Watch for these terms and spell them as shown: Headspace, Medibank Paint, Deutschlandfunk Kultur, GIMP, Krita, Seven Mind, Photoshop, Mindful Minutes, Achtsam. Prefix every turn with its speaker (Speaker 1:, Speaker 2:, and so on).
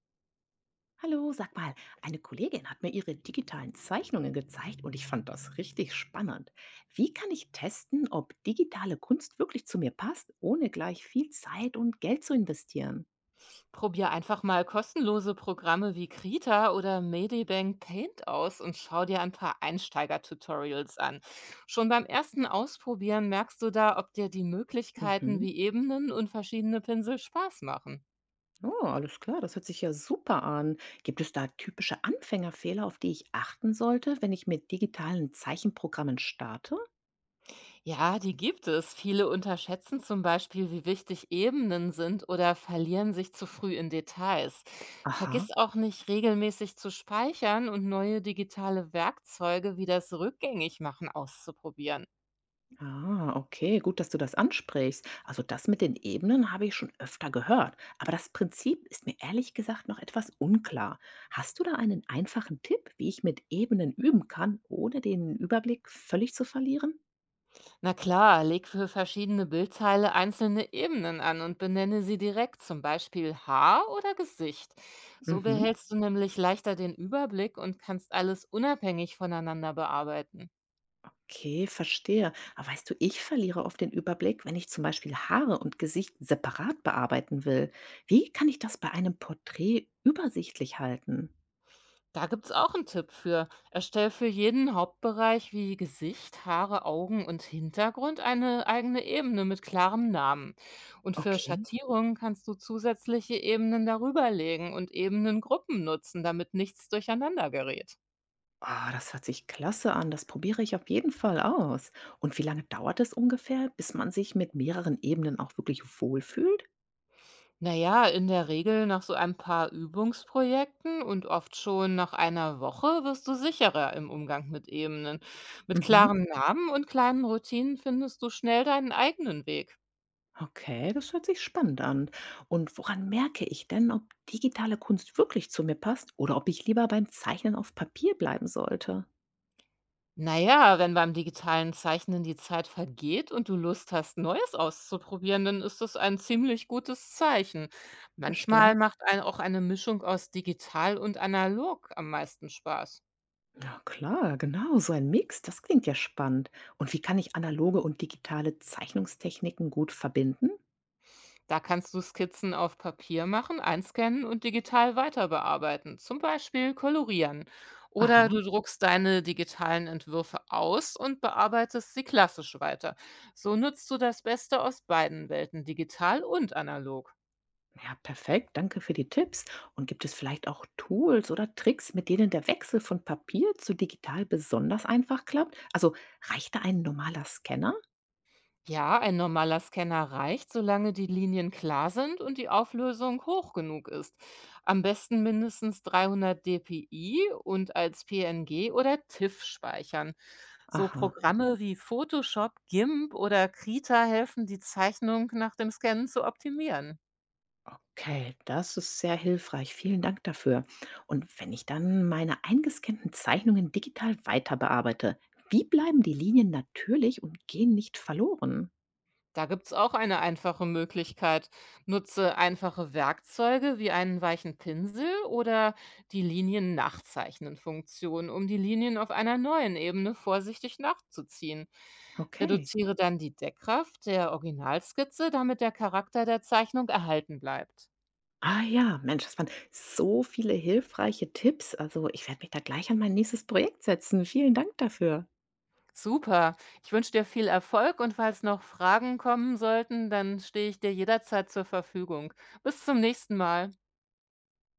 Speaker 1: Hallo, sag mal, eine Kollegin hat mir ihre digitalen Zeichnungen gezeigt und ich fand das richtig spannend. Wie kann ich testen, ob digitale Kunst wirklich zu mir passt, ohne gleich viel Zeit und Geld zu investieren?
Speaker 2: Probier einfach mal kostenlose Programme wie Krita oder Medibank Paint aus und schau dir ein paar Einsteiger-Tutorials an. Schon beim ersten Ausprobieren merkst du da, ob dir die Möglichkeiten
Speaker 1: Mhm.
Speaker 2: wie Ebenen und verschiedene Pinsel Spaß machen.
Speaker 1: Oh, alles klar, das hört sich ja super an. Gibt es da typische Anfängerfehler, auf die ich achten sollte, wenn ich mit digitalen Zeichenprogrammen starte?
Speaker 2: Ja, die gibt es. Viele unterschätzen zum Beispiel, wie wichtig Ebenen sind oder verlieren sich zu früh in Details. Vergiss
Speaker 1: Aha.
Speaker 2: auch nicht, regelmäßig zu speichern und neue digitale Werkzeuge wie das Rückgängigmachen auszuprobieren.
Speaker 1: Ah, okay, gut, dass du das ansprichst. Also das mit den Ebenen habe ich schon öfter gehört, aber das Prinzip ist mir ehrlich gesagt noch etwas unklar. Hast du da einen einfachen Tipp, wie ich mit Ebenen üben kann, ohne den Überblick völlig zu verlieren?
Speaker 2: Na klar, leg für verschiedene Bildteile einzelne Ebenen an und benenne sie direkt, zum Beispiel Haar oder Gesicht. So
Speaker 1: Mhm.
Speaker 2: behältst du nämlich leichter den Überblick und kannst alles unabhängig voneinander bearbeiten.
Speaker 1: Okay, verstehe. Aber weißt du, ich verliere oft den Überblick, wenn ich zum Beispiel Haare und Gesicht separat bearbeiten will. Wie kann ich das bei einem Porträt übersichtlich halten?
Speaker 2: Da gibt's auch einen Tipp für. Erstell für jeden Hauptbereich wie Gesicht, Haare, Augen und Hintergrund eine eigene Ebene mit klarem Namen. Und für
Speaker 1: Okay.
Speaker 2: Schattierungen kannst du zusätzliche Ebenen darüber legen und Ebenengruppen nutzen, damit nichts durcheinander gerät.
Speaker 1: Ah, das hört sich klasse an. Das probiere ich auf jeden Fall aus. Und wie lange dauert es ungefähr, bis man sich mit mehreren Ebenen auch wirklich wohlfühlt?
Speaker 2: Naja, in der Regel nach so ein paar Übungsprojekten und oft schon nach einer Woche wirst du sicherer im Umgang mit Ebenen. Mit
Speaker 1: Mhm.
Speaker 2: klaren Namen und kleinen Routinen findest du schnell deinen eigenen Weg.
Speaker 1: Okay, das hört sich spannend an. Und woran merke ich denn, ob digitale Kunst wirklich zu mir passt oder ob ich lieber beim Zeichnen auf Papier bleiben sollte?
Speaker 2: Naja, wenn beim digitalen Zeichnen die Zeit vergeht und du Lust hast, Neues auszuprobieren, dann ist das ein ziemlich gutes Zeichen.
Speaker 1: Verstehe.
Speaker 2: Manchmal macht auch eine Mischung aus digital und analog am meisten Spaß.
Speaker 1: Ja, klar, genau, so ein Mix, das klingt ja spannend. Und wie kann ich analoge und digitale Zeichnungstechniken gut verbinden?
Speaker 2: Da kannst du Skizzen auf Papier machen, einscannen und digital weiterbearbeiten, zum Beispiel kolorieren.
Speaker 1: Aha.
Speaker 2: Oder du druckst deine digitalen Entwürfe aus und bearbeitest sie klassisch weiter. So nutzt du das Beste aus beiden Welten, digital und analog.
Speaker 1: Ja, perfekt. Danke für die Tipps. Und gibt es vielleicht auch Tools oder Tricks, mit denen der Wechsel von Papier zu digital besonders einfach klappt? Also reicht da ein normaler Scanner?
Speaker 2: Ja, ein normaler Scanner reicht, solange die Linien klar sind und die Auflösung hoch genug ist. Am besten mindestens 300 dpi und als PNG oder TIFF speichern. So
Speaker 1: Aha.
Speaker 2: Programme wie Photoshop, GIMP oder Krita helfen, die Zeichnung nach dem Scannen zu optimieren.
Speaker 1: Okay, das ist sehr hilfreich. Vielen Dank dafür. Und wenn ich dann meine eingescannten Zeichnungen digital weiter bearbeite, wie bleiben die Linien natürlich und gehen nicht verloren?
Speaker 2: Da gibt's auch eine einfache Möglichkeit. Nutze einfache Werkzeuge wie einen weichen Pinsel oder die Linien-Nachzeichnen-Funktion, um die Linien auf einer neuen Ebene vorsichtig nachzuziehen.
Speaker 1: Okay.
Speaker 2: Reduziere dann die Deckkraft der Originalskizze, damit der Charakter der Zeichnung erhalten bleibt.
Speaker 1: Ah ja, Mensch, das waren so viele hilfreiche Tipps. Also ich werde mich da gleich an mein nächstes Projekt setzen. Vielen Dank dafür.
Speaker 2: Super. Ich wünsche dir viel Erfolg und falls noch Fragen kommen sollten, dann stehe ich dir jederzeit zur Verfügung. Bis zum nächsten Mal.